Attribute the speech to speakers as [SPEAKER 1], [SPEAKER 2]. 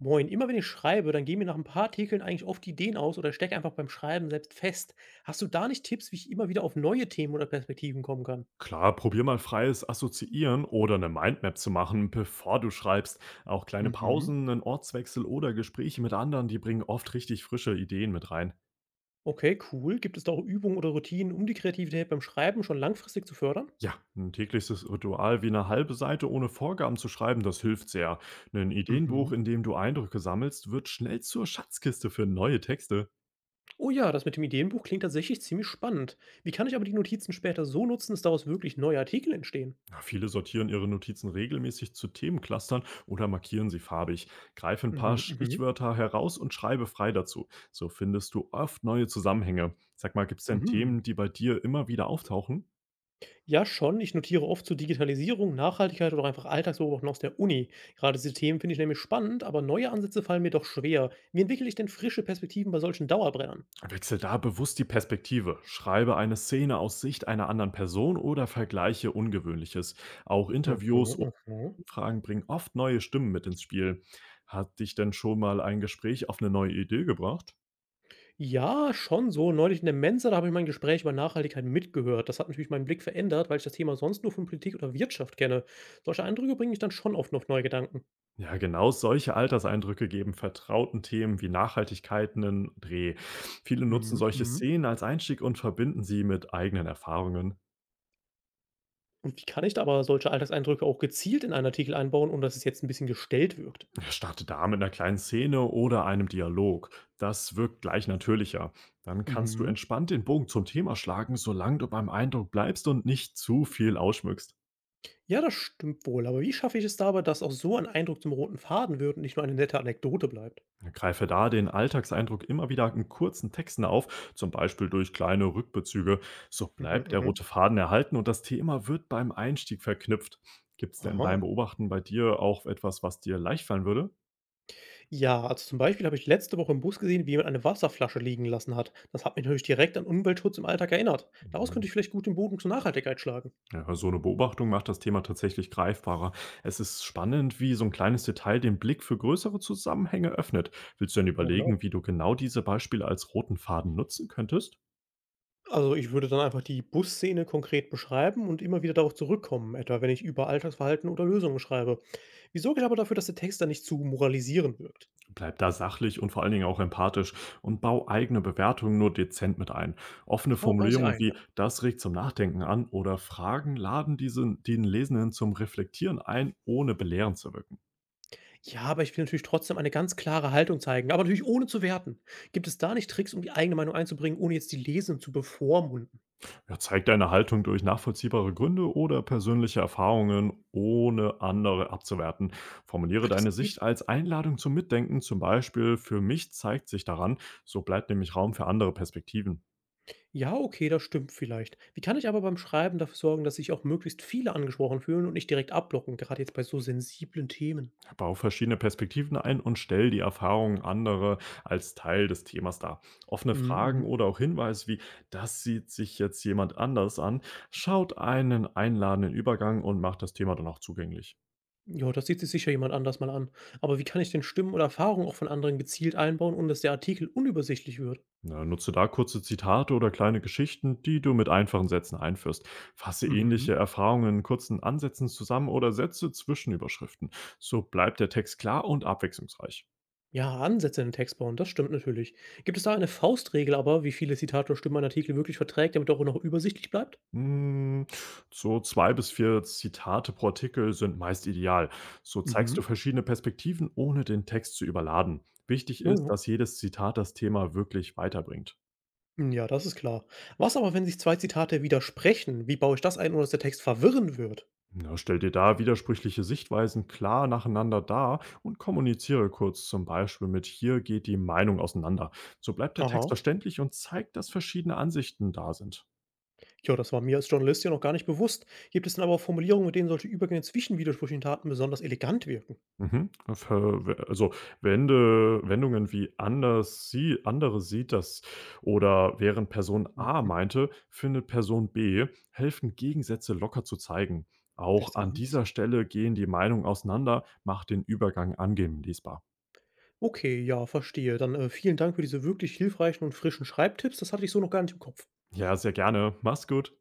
[SPEAKER 1] Moin, immer wenn ich schreibe, dann gehen mir nach ein paar Artikeln eigentlich oft Ideen aus oder stecke einfach beim Schreiben selbst fest. Hast du da nicht Tipps, wie ich immer wieder auf neue Themen oder Perspektiven kommen kann?
[SPEAKER 2] Klar, probier mal freies Assoziieren oder eine Mindmap zu machen, bevor du schreibst. Auch kleine
[SPEAKER 1] Mhm.
[SPEAKER 2] Pausen, ein Ortswechsel oder Gespräche mit anderen, die bringen oft richtig frische Ideen mit rein.
[SPEAKER 1] Okay, cool. Gibt es da auch Übungen oder Routinen, um die Kreativität beim Schreiben schon langfristig zu fördern?
[SPEAKER 2] Ja, ein tägliches Ritual wie eine halbe Seite ohne Vorgaben zu schreiben, das hilft sehr. Ein Ideenbuch,
[SPEAKER 1] Mhm.
[SPEAKER 2] in dem du Eindrücke sammelst, wird schnell zur Schatzkiste für neue Texte.
[SPEAKER 1] Oh ja, das mit dem Ideenbuch klingt tatsächlich ziemlich spannend. Wie kann ich aber die Notizen später so nutzen, dass daraus wirklich neue Artikel entstehen?
[SPEAKER 2] Ja, viele sortieren ihre Notizen regelmäßig zu Themenclustern oder markieren sie farbig. Greife ein paar
[SPEAKER 1] Mhm. Mhm.
[SPEAKER 2] Stichwörter heraus und schreibe frei dazu. So findest du oft neue Zusammenhänge. Sag mal, gibt es denn
[SPEAKER 1] Mhm.
[SPEAKER 2] Themen, die bei dir immer wieder auftauchen?
[SPEAKER 1] Ja, schon. Ich notiere oft zu Digitalisierung, Nachhaltigkeit oder einfach Alltagsbeobachten aus der Uni. Gerade diese Themen finde ich nämlich spannend, aber neue Ansätze fallen mir doch schwer. Wie entwickle ich denn frische Perspektiven bei solchen Dauerbrennern?
[SPEAKER 2] Wechsel da bewusst die Perspektive. Schreibe eine Szene aus Sicht einer anderen Person oder vergleiche Ungewöhnliches. Auch
[SPEAKER 1] Mhm,
[SPEAKER 2] Interviews und
[SPEAKER 1] mhm.
[SPEAKER 2] Umfragen bringen oft neue Stimmen mit ins Spiel. Hat dich denn schon mal ein Gespräch auf eine neue Idee gebracht?
[SPEAKER 1] Ja, schon so. Neulich in der Mensa, da habe ich mein Gespräch über Nachhaltigkeit mitgehört. Das hat natürlich meinen Blick verändert, weil ich das Thema sonst nur von Politik oder Wirtschaft kenne. Solche Eindrücke bringen mich dann schon oft auf neue Gedanken.
[SPEAKER 2] Ja, genau solche Alterseindrücke geben vertrauten Themen wie Nachhaltigkeit einen Dreh. Viele nutzen
[SPEAKER 1] Mhm,
[SPEAKER 2] solche
[SPEAKER 1] mhm.
[SPEAKER 2] Szenen als Einstieg und verbinden sie mit eigenen Erfahrungen.
[SPEAKER 1] Und wie kann ich da aber solche Alltagseindrücke auch gezielt in einen Artikel einbauen, ohne dass es jetzt ein bisschen gestellt wirkt?
[SPEAKER 2] Ja, starte da mit einer kleinen Szene oder einem Dialog. Das wirkt gleich natürlicher. Dann kannst du
[SPEAKER 1] Mhm.
[SPEAKER 2] entspannt den Bogen zum Thema schlagen, solange du beim Eindruck bleibst und nicht zu viel ausschmückst.
[SPEAKER 1] Ja, das stimmt wohl, aber wie schaffe ich es dabei, dass auch so ein Eindruck zum roten Faden wird und nicht nur eine nette Anekdote bleibt?
[SPEAKER 2] Greife da den Alltagseindruck immer wieder in kurzen Texten auf, zum Beispiel durch kleine Rückbezüge. So
[SPEAKER 1] Mhm,
[SPEAKER 2] bleibt der rote
[SPEAKER 1] mhm.
[SPEAKER 2] Faden erhalten und das Thema wird beim Einstieg verknüpft. Gibt es denn
[SPEAKER 1] Aha.
[SPEAKER 2] beim Beobachten bei dir auch etwas, was dir leicht fallen würde?
[SPEAKER 1] Ja, also zum Beispiel habe ich letzte Woche im Bus gesehen, wie jemand eine Wasserflasche liegen lassen hat. Das hat mich natürlich direkt an Umweltschutz im Alltag erinnert. Daraus könnte
[SPEAKER 2] Mhm.
[SPEAKER 1] ich vielleicht gut den Boden zur Nachhaltigkeit schlagen.
[SPEAKER 2] Ja, so eine Beobachtung macht das Thema tatsächlich greifbarer. Es ist spannend, wie so ein kleines Detail den Blick für größere Zusammenhänge öffnet. Willst du denn
[SPEAKER 1] Genau, genau.
[SPEAKER 2] überlegen, wie du genau diese Beispiele als roten Faden nutzen könntest?
[SPEAKER 1] Also ich würde dann einfach die Busszene konkret beschreiben und immer wieder darauf zurückkommen, etwa wenn ich über Alltagsverhalten oder Lösungen schreibe. Wie sorge ich aber dafür, dass der Text dann nicht zu moralisierend wirkt?
[SPEAKER 2] Bleib da sachlich und vor allen Dingen auch empathisch und bau eigene Bewertungen nur dezent mit ein. Offene
[SPEAKER 1] Aber bauen Sie
[SPEAKER 2] Formulierungen
[SPEAKER 1] ein.
[SPEAKER 2] wie das regt zum Nachdenken an oder Fragen laden diesen, den Lesenden zum Reflektieren ein, ohne belehrend zu wirken.
[SPEAKER 1] Ja, aber ich will natürlich trotzdem eine ganz klare Haltung zeigen, aber natürlich ohne zu werten. Gibt es da nicht Tricks, um die eigene Meinung einzubringen, ohne jetzt die Lesenden zu bevormunden?
[SPEAKER 2] Ja, zeig deine Haltung durch nachvollziehbare Gründe oder persönliche Erfahrungen, ohne andere abzuwerten. Formuliere
[SPEAKER 1] Ach, das
[SPEAKER 2] deine
[SPEAKER 1] geht?
[SPEAKER 2] Sicht als Einladung zum Mitdenken, zum Beispiel für mich zeigt sich daran, so bleibt nämlich Raum für andere Perspektiven.
[SPEAKER 1] Ja, okay, das stimmt vielleicht. Wie kann ich aber beim Schreiben dafür sorgen, dass sich auch möglichst viele angesprochen fühlen und nicht direkt abblocken, gerade jetzt bei so sensiblen Themen?
[SPEAKER 2] Bau verschiedene Perspektiven ein und stell die Erfahrungen anderer als Teil des Themas dar. Offene
[SPEAKER 1] Mhm,
[SPEAKER 2] Fragen
[SPEAKER 1] mhm.
[SPEAKER 2] oder auch Hinweise wie, das sieht sich jetzt jemand anders an, schaut einen einladenden Übergang und macht das Thema dann auch zugänglich.
[SPEAKER 1] Ja, das sieht sich sicher jemand anders mal an. Aber wie kann ich denn Stimmen oder Erfahrungen auch von anderen gezielt einbauen, ohne dass der Artikel unübersichtlich wird?
[SPEAKER 2] Na, nutze da kurze Zitate oder kleine Geschichten, die du mit einfachen Sätzen einführst. Fasse
[SPEAKER 1] Mhm.
[SPEAKER 2] ähnliche Erfahrungen in kurzen Ansätzen zusammen oder setze Zwischenüberschriften. So bleibt der Text klar und abwechslungsreich.
[SPEAKER 1] Ja, Ansätze in den Text bauen, das stimmt natürlich. Gibt es da eine Faustregel aber, wie viele Zitate oder Stimmen ein Artikel wirklich verträgt, damit er auch noch übersichtlich bleibt?
[SPEAKER 2] Hm, so 2 bis 4 Zitate pro Artikel sind meist ideal. So zeigst du
[SPEAKER 1] Mhm.
[SPEAKER 2] verschiedene Perspektiven, ohne den Text zu überladen. Wichtig
[SPEAKER 1] Ja,
[SPEAKER 2] ist,
[SPEAKER 1] ja,
[SPEAKER 2] dass jedes Zitat das Thema wirklich weiterbringt.
[SPEAKER 1] ja, das ist klar. Was aber, wenn sich zwei Zitate widersprechen? Wie baue ich das ein, ohne dass der Text verwirren wird?
[SPEAKER 2] Na, stell dir da widersprüchliche Sichtweisen klar nacheinander dar und kommuniziere kurz, zum Beispiel mit hier geht die Meinung auseinander. So bleibt der Text
[SPEAKER 1] Aha.
[SPEAKER 2] verständlich und zeigt, dass verschiedene Ansichten da sind.
[SPEAKER 1] Ja, das war mir als Journalist ja noch gar nicht bewusst. Gibt es denn aber auch Formulierungen, mit denen solche Übergänge zwischen widersprüchlichen Taten besonders elegant wirken?
[SPEAKER 2] Mhm. Ver also, Wende Wendungen wie „anders sie andere sieht das" oder „während Person A
[SPEAKER 1] Mhm.
[SPEAKER 2] meinte, findet Person B" helfen, Gegensätze locker zu zeigen.
[SPEAKER 1] Wer
[SPEAKER 2] Auch
[SPEAKER 1] ist denn
[SPEAKER 2] an
[SPEAKER 1] anders?
[SPEAKER 2] dieser Stelle gehen die Meinungen auseinander, macht den Übergang angenehm lesbar.
[SPEAKER 1] Okay, ja, verstehe. Dann vielen Dank für diese wirklich hilfreichen und frischen Schreibtipps. Das hatte ich so noch gar nicht im Kopf.
[SPEAKER 2] Ja, sehr gerne. Mach's gut.